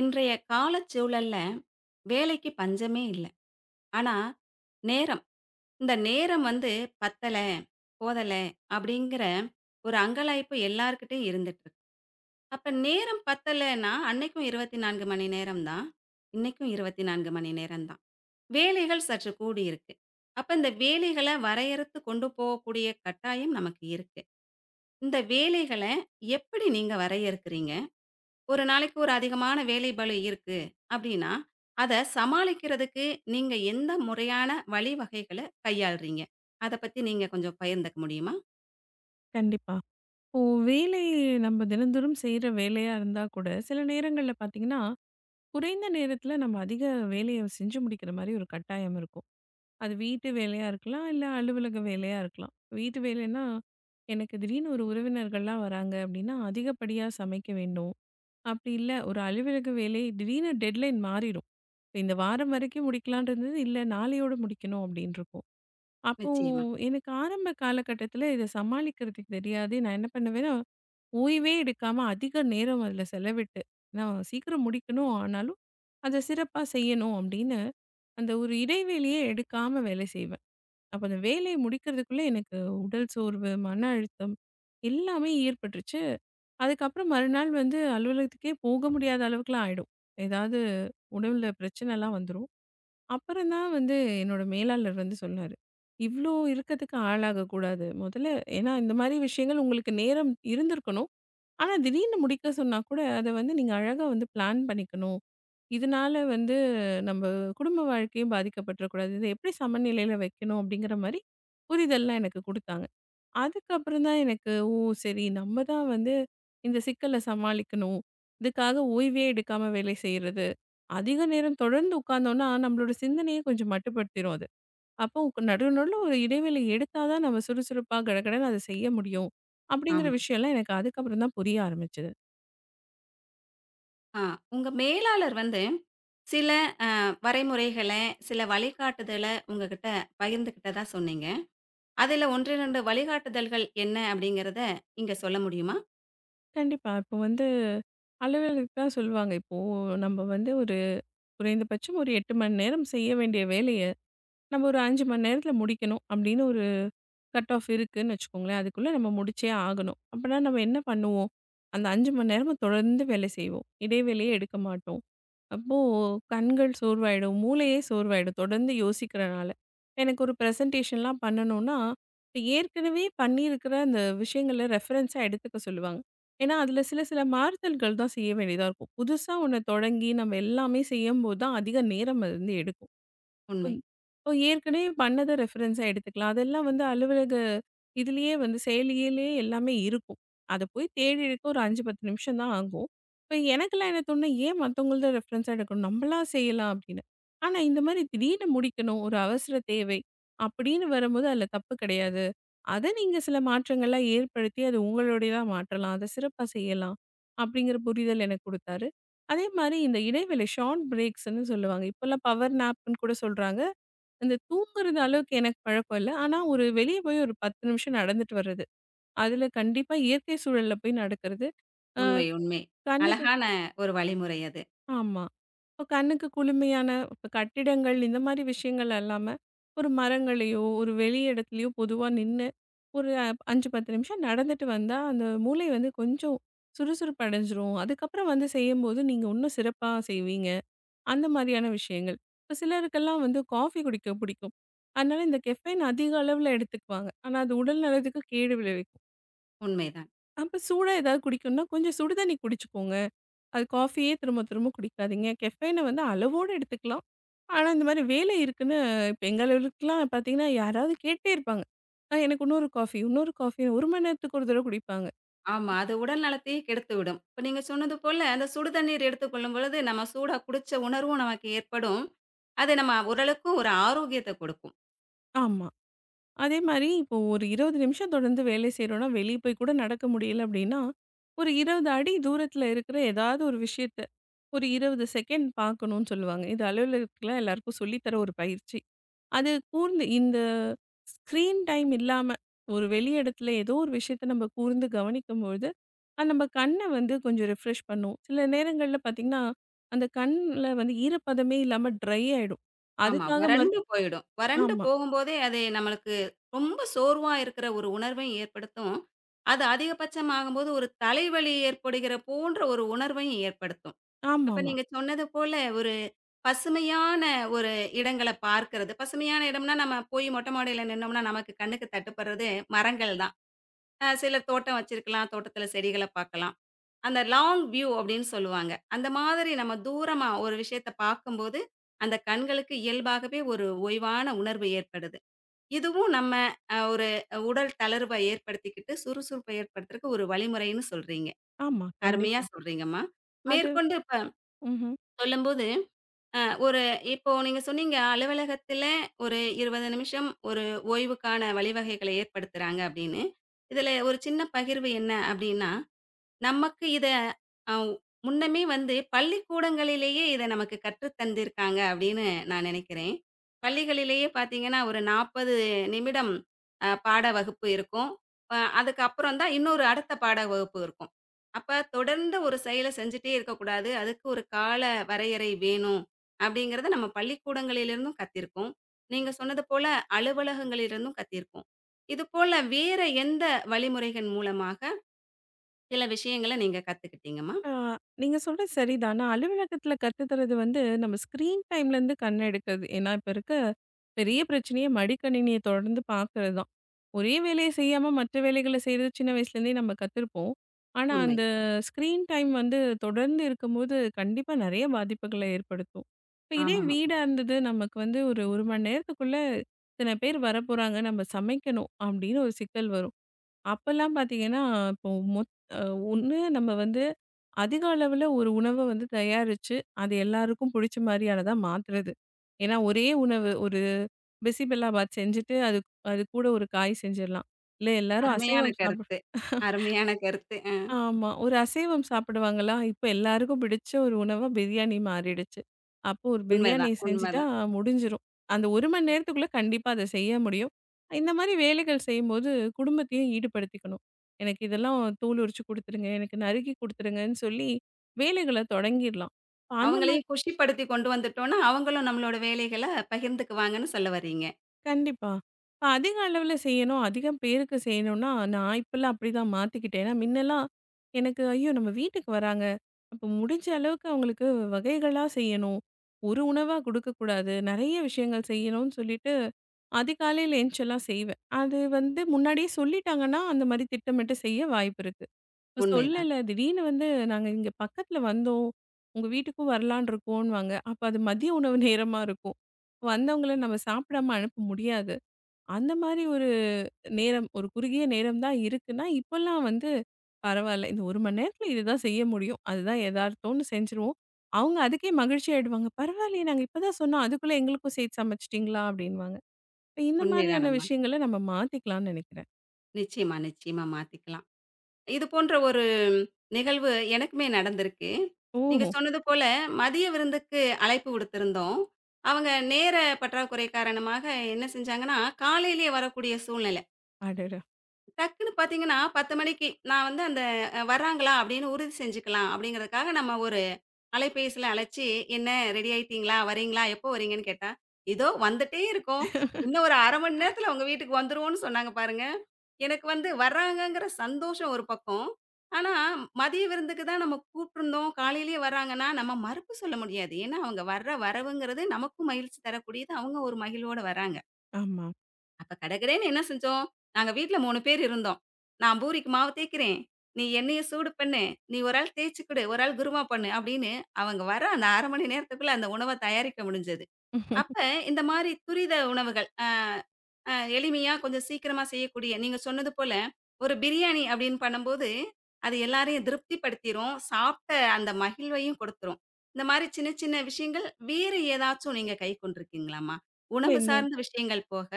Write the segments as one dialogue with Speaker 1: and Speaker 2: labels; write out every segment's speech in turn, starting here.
Speaker 1: இன்றைய காலச்சூழல்ல வேலைக்கு பஞ்சமே இல்ல. ஆனா, நேரம். இந்த நேரம் வந்து பத்தல, போதல அப்படிங்கிற ஒரு அங்கலாய்ப்பு எல்லார்கிட்டயும் இருந்துட்டுருக்கு. அப்ப நேரம் பத்தலன்னா, அன்னைக்கும் 24 மணி நேரம் தான். இன்னைக்கும் 24 மணி நேரம் தான். வேலைகள் சற்று கூடியிருக்கு. அப்ப இந்த வேலைகள வரையறுத்து கொண்டு போகக்கூடிய கட்டாயம் நமக்கு இருக்கு. இந்த வேலைகள எப்படி நீங்க வரையறுக்கிறீங்க? ஒரு நாளைக்கு ஒரு அதிகமான வேலைப்பளு இருக்கு அப்படின்னா, அத சமாளிக்கிறதுக்கு நீங்க எந்த முறையான வழிவகைகள கையாள்றீங்க? அத பத்தி நீங்க கொஞ்சம் பகிர்ந்துக்க முடியுமா?
Speaker 2: கண்டிப்பா. இப்போ வேலை நம்ம தினந்தோறும் செய்ற வேலையா இருந்தா கூட, சில நேரங்கள்ல பார்த்தீங்கன்னா, குறைந்த நேரத்தில நம்ம அதிக வேலைய செஞ்சு முடிக்கிற மாரி ஒரு கட்டாயம் இருக்கும். அது வீட்டு வேலையா இருக்கலாம், இல்ல அலுவலக வேலையா இருக்கலாம். வீட்டு வேலைன்னா, எனக்கு திடீர்னு ஒரு உறவினர்கள்லாம் வராங்க அப்டின்னா, அதிகப்படியா சமைக்க வேண்டும். அப்டி இல்ல ஒரு அலுவலக வேலை திடீர்னு டெட்லைன் மாறிரும். இந்த வாரம் வரைக்கும் முடிக்கலாம்னு இருந்தது, இல்ல நாளையோட முடிக்கணும் அப்டின்ருக்கும். அப்போ
Speaker 1: நிச்சயமா.
Speaker 2: எனக்கு ஆரம்ப காலகட்டத்தில இத சமாளிக்கிறதுக்கு தெரியாது. நான் என்ன பண்ணுவேன்னா ஓய்வே எடுக்காம அதிக நேரம் அதில செலவிட்டு, நான் சீக்கிரம் முடிக்கணும். ஆனாலும் அத சிறப்பா செய்யணும் அப்படின்னு, அந்த ஒரு இடைவெளியே எடுக்காம வேலை செய்வேன். அப்ப அந்த வேலைய முடிக்கிறதுக்குள்ள எனக்கு உடல் சோர்வு, மன அழுத்தம் எல்லாமே ஏற்பட்டுருச்சு. அதுக்கப்புறம் மறுநாள் வந்து அலுவலகத்துக்கே போக முடியாத அளவுக்குலாம் ஆயிடும். ஏதாவது உடல்ல பிரச்சனைலாம் வந்துரும். அப்புறம் தான் வந்து என்னோட மேலாளர் வந்து சொன்னாரு. "இவ்ளோ இருக்கத்துக்கு ஆளாகக்கூடாது. முதல்ல ஏன்னா இந்த மாரி விஷயங்கள் உங்களுக்கு நேரம் இருந்திருக்கணும். ஆனா, திடீர்னு முடிக்க சொன்னா கூட, அத வந்து நீங்க அழகா வந்து பிளான் பண்ணிக்கணும். இதனால வந்து நம்ப குடும்ப வாழ்க்கையும் பாதிக்கப்பட்டுறக்கூடாது. இத எப்படி சமநிலையில வைக்கணும்" அப்படிங்கிற மாரி புரிதல்லாம் எனக்கு குடுத்தாங்க. அதுக்கப்புறம் தான் எனக்கு, ஓ! சரி நம்ம தான் வந்து இந்த சிக்கல சமாளிக்கணும். இதுக்காக ஓய்வே எடுக்காம வேலை செய்றது, அதிக நேரம் தொடர்ந்து உட்கார்ந்தோம்னா, நம்மளோட சிந்தனையே கொஞ்சம் மட்டுப்படுத்திரும் அது. அப்போ நடு நடுவுல ஒரு இடைவேளை எடுத்தா தான் நம்ம சுறுசுறுப்பா கடகடன்னு அத செய்ய முடியும். அப்படிங்கிற
Speaker 1: ஆமா.
Speaker 2: விஷயம்லாம் எனக்கு அதுக்கப்புறம் தான் புரிய ஆரம்பிச்சது.
Speaker 1: ஆ உங்க மேலாளர் வந்து சில அ வரைமுறைகள, சில வழிகாட்டுதல உங்ககிட்ட பகிர்ந்துக்கிட்டதா சொன்னீங்க. அதுல 1, 2 வழிகாட்டுதல்கள் என்ன அப்படிங்கிறத இங்க சொல்ல முடியுமா?
Speaker 2: கண்டிப்பா. இப்போ வந்து அலுவலகத்துக்கு தான் சொல்லுவாங்க. இப்போ நம்ம வந்து ஒரு குறைந்தபட்சம் ஒரு 8 மணி நேரம் செய்ய வேண்டிய வேலைய, நம்ம ஒரு 5 மணி நேரத்தில முடிக்கணும் அப்படின்னு ஒரு கட் ஆஃப் இருக்குன்னு வச்சுக்கோங்களேன். அதுக்குள்ள நம்ம முடிச்சே ஆகணும். அப்பன்னா நம்ம என்ன பண்ணுவோம்? அந்த 5 மணி நேரமும் தொடர்ந்து வேலை செய்வோம். இடைவேளையே எடுக்க மாட்டோம். அப்போ கண்கள் சோர்வாயிடும். மூளையே சோர்வாயிடும். தொடர்ந்து யோசிக்கிறனால. எனக்கு ஒரு பிரசன்டேஷன்லாம் பண்ணணும்னா, இப்ப ஏற்கனவே பண்ணியிருக்கிற அந்த விஷயங்கள ரெஃபரன்ஸா எடுத்துக்க சொல்லுவாங்க. ஏன்னா, அதில சில சில மாறுதல்கள் தான் செய்ய வேண்டியதா இருக்கும். புதுசா ஒண்ண தொடங்கி நம்ம எல்லாமே செய்யும்போது தான் அதிக நேரம் அது வந்து எடுக்கும்.
Speaker 1: உண்மை,
Speaker 2: இப்போ ஏற்கனவே பண்ணத ரெஃபரன்ஸா எடுத்துக்கலாம். அதெல்லாம் வந்து அலுவலக இதுலயே வந்து செயலியிலே எல்லாமே இருக்கும். அத போய் தேடிறதுக்கு ஒரு 5, 10 நிமிஷம் தான் ஆகும். இப்ப எனக்கெல்லாம் என்ன தோணும்னா, ஏன் மத்தவங்கள்த ரெஃபரன்ஸா எடுக்கணும்? நம்மளா செய்யலாம் அப்படின்னு. ஆனா இந்த மாரி திடீர்னு முடிக்கணும், ஒரு அவசர தேவை அப்படின்னு வரும்போது அதில தப்பு கிடையாது. அத நீங்க சில மாற்றங்கள்லாம் ஏற்படுத்தி அது உங்களுடையதா மாற்றலாம். அத சிறப்பா செய்யலாம். அப்படிங்கிற புரிதல் எனக்கு குடுத்தாரு. அதே மாரி இந்த இடைவேளை ஷார்ட் பிரேக்ஸ்ன்னு சொல்லுவாங்க. இப்போலாம் பவர் நேப்ன்னு கூட சொல்றாங்க. அந்த தூங்குறது அளவுக்கு எனக்கு பழக்கம் இல்ல. ஆனா, ஒரு வெளிய போய் ஒரு 10 நிமிஷம் நடந்துட்டு வர்றது, அதுல கண்டிப்பா இயற்கை சூழல்ல போய் நடக்கிறது. அ
Speaker 1: உண்மை, உண்மை.
Speaker 2: கண்ணுக்கு
Speaker 1: அழகான ஒரு வழிமுறை அது.
Speaker 2: ஆமா. இப்ப கண்ணுக்கு குளுமையான, இப்ப கட்டிடங்கள் இந்த மாரி விஷயங்கள் இல்லாம, ஒரு மரங்களையோ, ஒரு வெளி இடத்துலயோ பொதுவா நின்னு, ஒரு 5, 10 நிமிஷம் நடந்துட்டு வந்தா, அந்த மூளை வந்து கொஞ்சம் சுறுசுறுப்பு அடைஞ்சிரும். அதுக்கப்புறம் வந்து செய்யும்போது நீங்க இன்னும் சிறப்பா செய்வீங்க. அந்த மாதிரியான விஷயங்கள். இப்ப சிலருக்கெல்லாம் வந்து காஃபி குடிக்க பிடிக்கும். அதனால இந்த கெஃபைன் அதிக அளவுல எடுத்துக்குவாங்க. ஆனா அது உடல் நலத்துக்கு கேடு விளைவிக்கும்.
Speaker 1: உண்மைதான்.
Speaker 2: அப்ப சூடா ஏதாவது குடிக்கணும்னா கொஞ்சம் சுடு தண்ணி குடிச்சுக்கோங்க. அது காஃபியே திரும்ப திரும்ப குடிக்காதீங்க. கெஃபைன வந்து அளவோட எடுத்துக்கலாம். ஆனா இந்த மாதிரி வேலை இருக்குன்னு இப்ப எங்க அலுவலகத்துலலாம் பார்த்தீங்கன்னா, யாராவது கேட்டே இருப்பாங்க. எனக்கு இன்னொரு காஃபி, இன்னொரு காஃபி." 1 மணி நேரத்துக்கு ஒரு தடவ குடிப்பாங்க.
Speaker 1: ஆமா. அது உடல் நலத்தையே கெடுத்துவிடும். இப்ப நீங்க சொன்னது போல, அந்த சுடு தண்ணீர் எடுத்துக்கொள்ளும் பொழுது, நம்ம சூடா குடிச்ச உணர்வும் நமக்கு ஏற்படும். அது நம்ம உடலுக்கு ஒரு ஆரோக்கியத்த கொடுக்கும்.
Speaker 2: ஆமா. அதே மாரி இப்போ ஒரு 20 நிமிஷம் தொடர்ந்து வேலை செய்றோம்னா, வெளிய போய் கூட நடக்க முடியல அப்டின்னா, ஒரு 20 அடி தூரத்துல இருக்கிற ஏதாவது ஒரு விஷயத்த, ஒரு 20 செகண்ட் பார்க்கணும்னு சொல்லுவாங்க. இது அலுவலகத்துல எல்லாருக்கும் சொல்லி தர ஒரு பயிற்சி. அது கூர்ந்து இந்த ஸ்க்ரீன் டைம் இல்லாம, ஒரு வெளி இடத்துல ஏதோ ஒரு விஷயத்த நம்ம கூர்ந்து கவனிக்கும்பொழுது, அது நம்ம கண்ண வந்து கொஞ்சம் ரிஃப்ரெஷ் பண்ணும். சில நேரங்கள்ல பார்த்தீங்கன்னா, அந்த கண்ல வந்து ஈரப்பதமே இல்லாம ட்ரை ஆயிடும்.
Speaker 1: ஆமா.
Speaker 2: அதுக்காக மருத்
Speaker 1: வறண்டு போயிடும். வறண்டு
Speaker 2: ஆமா.
Speaker 1: போகும்போதே, அது நம்மளுக்கு ரொம்ப சோர்வா இருக்கிற ஒரு உணர்வையும் ஏற்படுத்தும். அது அதிகபட்சமாகும்போது, ஒரு தலைவலி ஏற்படுகிற போன்ற ஒரு உணர்வையும் ஏற்படுத்தும். அப்ப
Speaker 2: ஆமாமா.
Speaker 1: நீங்க சொன்னது போல, ஒரு பசுமையான ஒரு இடங்கள பார்க்கிறது. பசுமையான இடம்னா, நம்ம போய் மொட்டை மாடியில நின்னோம்னா, நமக்கு கண்ணுக்கு தட்டுப்படுறது மரங்கள் தான். சிலர் தோட்டம் வச்சிருக்கலாம். தோட்டத்தில செடிகள பார்க்கலாம். அந்த லாங் வியூ அப்படின்னு சொல்லுவாங்க. அந்த மாதிரி நம்ம தூரமா ஒரு விஷயத்த பார்க்கும்போது, அந்த கண்களுக்கு இயல்பாகவே ஒரு ஓய்வான உணர்வு ஏற்படுது. இதுவும் நம்ம ஒரு உடல் தளர்வ ஏற்படுத்திக்கிட்டு, சுறுசுறுப்ப ஏற்படுத்துறக்கு ஒரு வழிமுறைன்னு சொல்றீங்க.
Speaker 2: ஆமா.
Speaker 1: அருமையா
Speaker 2: கண்டிப்பா.
Speaker 1: சொல்றீங்கம்மா.
Speaker 2: அது
Speaker 1: மேற்கொண்டு இப்ப
Speaker 2: ம்ஹ்ம்.
Speaker 1: சொல்லும்போது, அ ஒரு இப்போ நீங்க சொன்னீங்க அலுவலகத்தில ஒரு 20 நிமிஷம் ஒரு ஓய்வுக்கான வழிவகைகள ஏற்படுத்துறாங்க அப்படின்னு. இதில ஒரு சின்ன பகிர்வு என்ன அப்படின்னா, நமக்கு இத அ முன்னமே வந்து பள்ளிக்கூடங்களிலேயே இத நமக்கு கற்று தந்திருக்காங்க அப்படின்னு நான் நினைக்கிறேன். பள்ளிகளிலேயே பார்த்தீங்கன்னா, ஒரு 40 நிமிடம் பாட வகுப்பு இருக்கும். அதுக்கப்புறம் தான் இன்னொரு அடுத்த பாட வகுப்பு இருக்கும். அப்ப தொடர்ந்து ஒரு செயல செஞ்சுட்டே இருக்கக்கூடாது. அதுக்கு ஒரு கால வரையறை வேணும் அப்படிங்கிறத நம்ம பள்ளிக்கூடங்களிலிருந்தும் கத்திருக்கோம். நீங்க சொன்னது போல அலுவலகங்களிலிருந்தும் கத்திருக்கோம். இது போல வேற எந்த வழிமுறைகள் மூலமாக சில விஷயங்கள நீங்க கத்துக்கிட்டீங்கம்மா?
Speaker 2: ஆ நீங்க சொல்றது சரிதான். ஆனா அலுவலகத்துல கத்து தர்றது வந்து நம்ம ஸ்க்ரீன் டைம்லேருந்து கண் எடுக்கிறது. ஏன்னா, இப்ப இருக்க பெரிய பிரச்சனையே மடிக்கணினிய தொடர்ந்து பார்க்கறது தான். ஒரே வேலைய செய்யாம மற்ற வேலைகள செய்றது சின்ன வயசுலேருந்தே நம்ம கத்துருப்போம். ஆனா,
Speaker 1: உண்மை.
Speaker 2: அந்த ஸ்க்ரீன் டைம் வந்து தொடர்ந்து இருக்கும்போது கண்டிப்பா நெறைய பாதிப்புகள ஏற்படுத்தும். இப்ப இதே
Speaker 1: ஆமாமா.
Speaker 2: வீடா இருந்தது, நமக்கு வந்து ஒரு 1 மணி நேரத்துக்குள்ள இத்தன பேர் வரப்போறாங்க, நம்ம சமைக்கணும் அப்படின்னு ஒரு சிக்கல் வரும். அப்பல்லாம் பார்த்தீங்கன்னா, இப்போ மொத் அ ஒண்ணு நம்ம வந்து அதிக அளவுல ஒரு உணவ வந்து தயாரிச்சு, அது எல்லாருக்கும் புடிச்ச மாரியானதா மாத்துறது. ஏன்னா, ஒரே உணவு ஒரு பிசிபெல்லாபாத் செஞ்சுட்டு, அது அது கூட ஒரு காய் செஞ்சிரலாம். இல்ல எல்லாரும்
Speaker 1: அருமையான
Speaker 2: அசைவம் சாப்பிட
Speaker 1: கருத்து. அருமையான கருத்து.
Speaker 2: ஆமா. ஒரு அசைவம் சாப்பிடுவாங்களா, இப்ப எல்லாருக்கும் பிடிச்ச ஒரு உணவா பிரியாணி மாறிடுச்சு. அப்போ ஒரு பிரியாணி
Speaker 1: உண்மைதான்,
Speaker 2: செஞ்சுட்டா
Speaker 1: உண்மைதான்.
Speaker 2: முடிஞ்சிரும். அந்த 1 மணி நேரத்துக்குள்ள கண்டிப்பா அத செய்ய முடியும். இந்த மாரி வேலைகள் செய்யும்போது குடும்பத்தையும் ஈடுபடுத்திக்கணும். எனக்கு இதெல்லாம் தோல் உரிச்சு குடுத்துருங்க, எனக்கு நறுக்கி குடுத்துருங்கன்னு சொல்லி வேலைகள தொடங்கிர்லாம். அந்த
Speaker 1: அவங்களையும் குஷிப்படுத்தி கொண்டு வந்துட்டோம்னா, அவங்களும் நம்மளோட வேலைகள பகிர்ந்துக்குவாங்கன்னு சொல்ல வர்றீங்க.
Speaker 2: கண்டிப்பா. இப்ப அதிக அளவுல செய்யணும், அதிகம் பேருக்கு செய்யணும்னா, நான் இப்பலாம் அப்படிதான் மாத்திக்கிட்டேன். ஏன்னா, மின்னலாம் எனக்கு ஐயோ! நம்ம வீட்டுக்கு வராங்க. அப்ப முடிஞ்ச அளவுக்கு அவங்களுக்கு வகைகளா செய்யணும். ஒரு உணவா குடுக்கக்கூடாது. நெறைய விஷயங்கள் செய்யணும்னு சொல்லிட்டு, அதிகாலையில எந்திரிச்செல்லாம் செய்வேன். அது வந்து முன்னாடியே சொல்லிட்டாங்கன்னா, அந்த மாரி திட்டமிட்டு செய்ய வாய்ப்பு இருக்கு. இப்ப
Speaker 1: உண்மைதான்.
Speaker 2: சொல்லல. திடீர்னு வந்து நாங்க இங்க பக்கத்துல வந்தோம், உங்க வீட்டுக்கும் வரலான்னு இருக்கோன்னுவாங்க. அப்ப அது மதிய உணவு நேரமா இருக்கும். வந்தவங்கள நம்ம சாப்பிடாம அனுப்ப முடியாது. அந்த மாரி ஒரு நேரம், ஒரு குறுகிய நேரம் தான் இருக்குன்னா, இப்பல்லாம் வந்து பரவால்ல. இந்த 1 மணி நேரத்துல இதுதான் செய்ய முடியும். அதுதான் எதார்த்தம்னு செஞ்சுருவோம். அவங்க அதுக்கே மகிழ்ச்சி ஆயிடுவாங்க. பரவாயில்லையே, நாங்க இப்ப தான் சொன்னோம். அதுக்குள்ள எங்களுக்கும் சேர்த்து சமைச்சுட்டீங்களா அப்டின்னுவாங்க. இப்ப இந்த மாதிரியான
Speaker 1: உண்மைதானம்மா.
Speaker 2: விஷயங்கள நம்ம மாத்திக்கலாம்னு நெனைக்கிறேன்.
Speaker 1: நிச்சயமா, நிச்சயமா மாத்திக்கலாம். இது போன்ற ஒரு நிகழ்வு எனக்குமே நடந்திருக்கு. நீங்க
Speaker 2: ஓஹோ!
Speaker 1: சொன்னது போல மதிய விருந்துக்கு அழைப்பு விடுத்திருந்தோம். அவங்க நேர பற்றாக்குறை காரணமாக என்ன செஞ்சாங்கன்னா, காலையிலேயே வரக்கூடிய சூழ்நிலை.
Speaker 2: அடடா!
Speaker 1: டக்குன்னு பார்த்தீங்கன்னா, 10 மணிக்கு நான் வந்து அந்த வர்றாங்களா அப்படின்னு உறுதி செஞ்சுக்கலாம் அப்படிங்கிறதுக்காக நம்ம ஒரு அலைபேசியில அழைச்சு, "என்ன ரெடி ஆயிட்டீங்களா? வரீங்களா? எப்போ வரீங்கன்னு?" கேட்டா, "இதோ வந்துட்டே இருக்கோம். இன்னும் ஒரு 1/2 மணி நேரத்தில உங்க வீட்டுக்கு வந்துருவோம்ன்னு" சொன்னாங்க பாருங்க. எனக்கு வந்து வர்றாங்கங்கிற சந்தோஷம் ஒரு பக்கம். ஆனா, மதிய விருந்துக்கு தான் நம்ம கூப்பிட்டுருந்தோம், காலையிலேயே வர்றாங்கன்னா, நம்ம மறுப்பு சொல்ல முடியாது. ஏன்னா, அவங்க வர்ற வரவுங்கிறது நமக்கும் மகிழ்ச்சி தரக்கூடியது. அவங்க ஒரு மகிழ்வோட வர்றாங்க.
Speaker 2: ஆமா.
Speaker 1: அப்ப கடகடன்னு என்ன செஞ்சோம், நாங்க வீட்ல 3 பேர் இருந்தோம். "நான் பூரிக்கு மாவு தேய்க்கிறேன். நீ எண்ணெய சூடு பண்ணு. நீ ஒரு ஆள் தேய்ச்சு குடு. ஒரு ஆள் குருமா பண்ணு" அப்படின்னு அவங்க வர அந்த 1/2 மணி நேரத்துக்குள்ள அந்த உணவ தயாரிக்க முடிஞ்சது. அப்ப இந்த மாரி துரித உணவுகள், அ அ எளிமையா கொஞ்சம் சீக்கிரமா செய்யக்கூடிய, நீங்க சொன்னது போல ஒரு பிரியாணி அப்படின்னு பண்ணும்போது, அது எல்லாரையும் திருப்திப்படுத்திரும். சாப்பிட்ட அந்த மகிழ்வையும் கொடுத்துரும். இந்த மாரி சின்ன சின்ன விஷயங்கள் வேறு ஏதாச்சும் நீங்க கை கொண்டிருக்கீங்களாம்மா?
Speaker 2: இல்ல
Speaker 1: உணவு
Speaker 2: இந்த
Speaker 1: சார்ந்த விஷயங்கள் போக,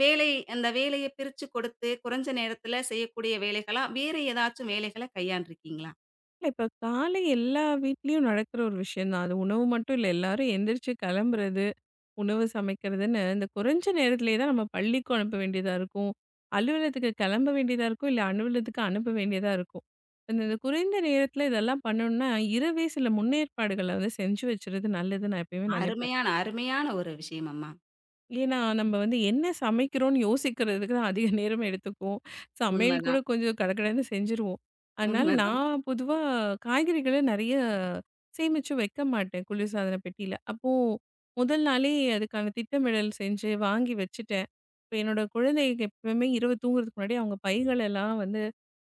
Speaker 1: வேலை அந்த வேலைய பிரிச்சு கொடுத்து, குறைஞ்ச நேரத்துல செய்யக்கூடிய வேலைகளா, வேறு ஏதாச்சும் வேலைகள கையாண்டிருக்கீங்களா?
Speaker 2: இப்ப காலை எல்லா வீட்லயும் நடக்கிற ஒரு விஷயம் தான். அது உணவு மட்டும் இல்ல. எல்லாரும் எந்திரிச்சு கிளம்புறது, உணவு சமைக்கிறதுன்னு இந்த குறைஞ்ச நேரத்திலேயே தான் நம்ம பள்ளிக்கும் அனுப்ப வேண்டியதா இருக்கும். அலுவலகத்துக்கு கிளம்ப வேண்டியதா இருக்கும். இல்ல அலுவலகத்துக்கு அனுப்ப வேண்டியதா இருக்கும். இந்த இந்த குறைந்த நேரத்தில இதெல்லாம் பண்ணணும்னா, இரவே சில முன்னேற்பாடுகள வந்து செஞ்சு வச்சுறது நல்லதுன்னு நான் எப்பயுமே நினைப்பேன்.
Speaker 1: அருமையான, அருமையான ஒரு விஷயம் அம்மா.
Speaker 2: ஏன்னா, நம்ம வந்து என்ன சமைக்கிறோம்னு யோசிக்கிறதுக்கு தான் அதிக நேரம் எடுத்துக்கும். சமையல் கூட
Speaker 1: உண்மதான்,
Speaker 2: கொஞ்சம் கடகடன்னு செஞ்சுருவோம். அதனால
Speaker 1: உண்மதான்.
Speaker 2: நான் பொதுவா காய்கறிகள நெறைய சேமிச்சு வைக்க மாட்டேன், குளிர்சாதன பெட்டியில. அப்போ முதல் நாளே அதுக்கான திட்டமிடல் செஞ்சு வாங்கி வச்சுட்டேன். இப்ப என்னோட குழந்தைக்கு எப்பவுமே இரவு தூங்குறதுக்கு முன்னாடி அவங்க பைகளெல்லாம் வந்து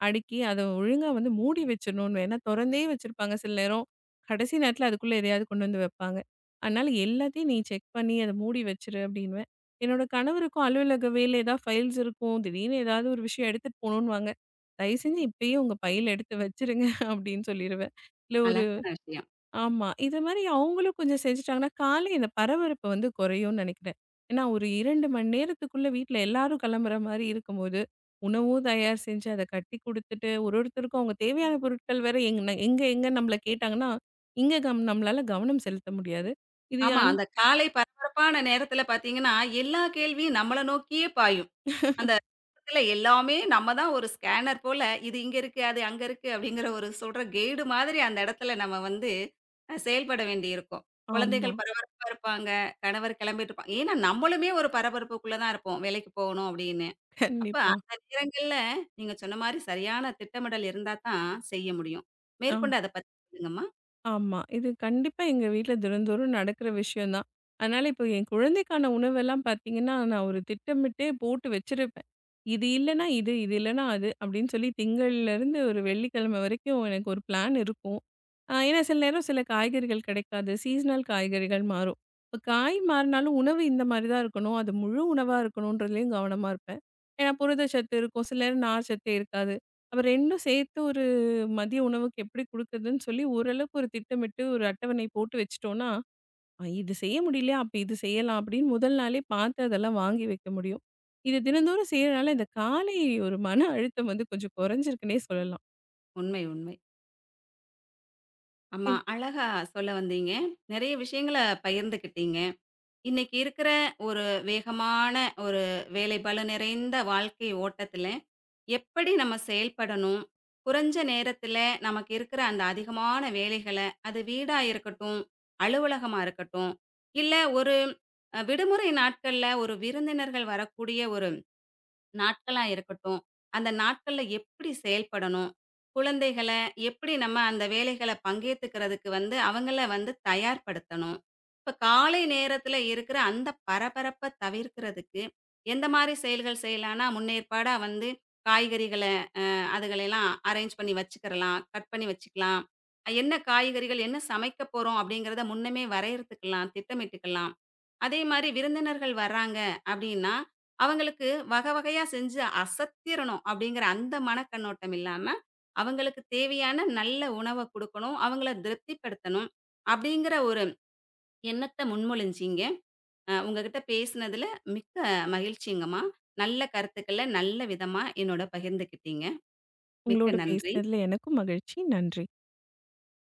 Speaker 2: அடுக்கி, அத ஒழுங்கா வந்து மூடி வச்சுரணும்ன்னு. ஏன்னா, தொறந்தே வச்சிருப்பாங்க சில நேரம். கடைசி நேரத்தில அதுக்குள்ள எதையாவது கொண்டு வந்து வைப்பாங்க. அதனால எல்லாத்தையும் நீ செக் பண்ணி அதை மூடி வச்சிரு அப்படின்னுவேன். என்னோட கணவருக்கும் அலுவலக வேலை ஏதாவது ஃபைல்ஸ் இருக்கும். திடீர்னு ஏதாவது ஒரு விஷயம் எடுத்துட்டு போணும்னுவாங்க. தயவு செஞ்சு இப்பயே உங்க பையில எடுத்து வச்சிருங்க அப்படின்னு சொல்லிருவேன். இல்ல ஒரு
Speaker 1: அழகான விஷயம்.
Speaker 2: ஆமா. இது மாரி அவங்களும் கொஞ்சம் செஞ்சுட்டாங்கன்னா, காலை இந்த பரபரப்பு வந்து குறையும்னு நினைக்கிறேன். ஏன்னா ஒரு 2 மணி நேரத்துக்குள்ள வீட்ல எல்லாரும் கிளம்புற மாரி இருக்கும்போது, உணவும் தயார் செஞ்சு அத கட்டி குடுத்துட்டு, ஒரு ஒருத்தருக்கும் அவங்க தேவையான பொருட்கள் வேற எங்க எங்க எங்க நம்மள கேட்டாங்கன்னா, இங்க கம் நம்மளால கவனம் செலுத்த முடியாது. இது
Speaker 1: ஆமா. அந்த காலை பரபரப்பான நேரத்தில பார்த்தீங்கன்னா, எல்லா கேள்வியும் நம்மள நோக்கியே பாயும். அந்த இடத்துல எல்லாமே நம்ம தான் ஒரு ஸ்கேனர் போல, இது இங்க இருக்கு, அது அங்க இருக்கு அப்படிங்கிற ஒரு சொல்ற கைடு மாதிரி அந்த இடத்துல நம்ம வந்து செயல்பட வேண்டியிருக்கும்.
Speaker 2: ஆமா.
Speaker 1: குழந்தைகள் பரபரப்பா இருப்பாங்க, கணவர் கிளம்பிட்டு இருப்பாங்க. ஏன்னா நம்மளுமே ஒரு பரபரப்புக்குள்ள தான் இருப்போம், வேலைக்கு போகணும் அப்படின்னு. அப்ப
Speaker 2: கண்டிப்பா.
Speaker 1: அந்த நேரங்கள்ல நீங்க சொன்ன மாரி சரியான திட்டமிடல் இருந்தா தான் செய்ய முடியும்.
Speaker 2: ஆம்.
Speaker 1: மேற்கொண்டு அத பத்தி சொல்லுங்கம்மா.
Speaker 2: ஆமா. இது கண்டிப்பா எங்க வீட்ல தினந்தோறும் நடக்கிற விஷயம் தான். அதனால இப்போ என் குழந்தைக்கான உணவெல்லாம் பார்த்தீங்கன்னா, நான் ஒரு திட்டமிட்டே போட்டு வச்சிருப்பேன். இது இல்லன்னா இது, இது இல்லன்னா அது அப்படின்னு சொல்லி திங்கள்லேருந்து ஒரு வெள்ளிக்கிழமை வரைக்கும் எனக்கு ஒரு பிளான் இருக்கும். ஏன்னா சில நேரம் சில காய்கறிகள் கிடைக்காது. சீசனல் காய்கறிகள் மாறும். இப்போ காய் மாறினாலும் உணவு இந்த மாதிரி தான் இருக்கணும். அது முழு உணவா இருக்கணுன்றதுலயும் கவனமா இருப்பேன். ஏன்னா புரதச்சத்து இருக்கும். சில நேரம் நார்ச்சத்தே இருக்காது. அப்ப 2ம் சேர்த்து ஒரு மதிய உணவுக்கு எப்படி குடுக்குறதுன்னு சொல்லி ஓரளவுக்கு ஒரு திட்டமிட்டு ஒரு அட்டவணை போட்டு வச்சுட்டோம்னா, இது செய்ய முடியலையா? அப்ப இது செய்யலாம் அப்படின்னு முதல் நாளே பார்த்து அதெல்லாம் வாங்கி வைக்க முடியும். இது தினந்தோறும் செய்யறனால இந்த காலை ஒரு மன அழுத்தம் வந்து கொஞ்சம் குறைஞ்சிருக்குன்னே சொல்லலாம்.
Speaker 1: உண்மை, உண்மை. ஆமா.
Speaker 2: இன்
Speaker 1: அழகா சொல்ல வந்தீங்க. நெறைய விஷயங்கள பகிர்ந்துக்கிட்டீங்க. இன்னைக்கு இருக்கிற ஒரு வேகமான ஒரு வேலைப்பளு நிறைந்த வாழ்க்கை ஓட்டத்தில, எப்படி நம்ம செயல்படணும்? குறைஞ்ச நேரத்தில நமக்கு இருக்கிற அந்த அதிகமான வேலைகள, அது வீடா இருக்கட்டும், அலுவலகமா இருக்கட்டும், இல்ல ஒரு விடுமுறை நாட்கள்ல ஒரு விருந்தினர்கள் வரக்கூடிய ஒரு நாட்களா இருக்கட்டும், அந்த நாட்கள்ல எப்படி செயல்படணும்? குழந்தைகள எப்படி நம்ம அந்த வேலைகள பங்கேத்துக்கிறதுக்கு வந்து அவங்கள வந்து தயார்படுத்தணும்? இப்ப காலை நேரத்துல இருக்கிற அந்த பரபரப்ப தவிர்க்கிறதுக்கு, எந்த மாரி செயல்கள் செய்யலான்னா, முன்னேற்பாடா வந்து காய்கறிகள அதுகளெல்லாம் அரேஞ்ச் பண்ணி வச்சுக்கிறலாம், கட் பண்ணி வச்சுக்கலாம். என்ன காய்கறிகள், என்ன சமைக்க போறோம்? அப்படிங்கிறத முன்னமே வரையறுத்துக்கலாம், திட்டமிட்டுக்கலாம். அதே மாரி விருந்தினர்கள் வர்றாங்க அப்டின்னா, அவங்களுக்கு வகை வகையா செஞ்சு அசத்திரணும் அப்டிங்கிற அந்த மனக்கண்ணோட்டம் இல்லாம, அவங்களுக்கு தேவையான நல்ல உணவ குடுக்கணும், அவங்கள திருப்திப்படுத்தணும் அப்டிங்கிற ஒரு எண்ணத்த முன்மொழிஞ்சீங்க. உங்ககிட்ட பேசினதுல மிக்க மகிழ்ச்சிங்கம்மா. நல்ல கருத்துக்கள நல்ல விதமா என்னோட பகிர்ந்துக்கிட்டீங்க. மிக்க
Speaker 2: உங்களோட
Speaker 1: நன்றி.
Speaker 2: பேசினதுல எனக்கும் மகிழ்ச்சி. நன்றி.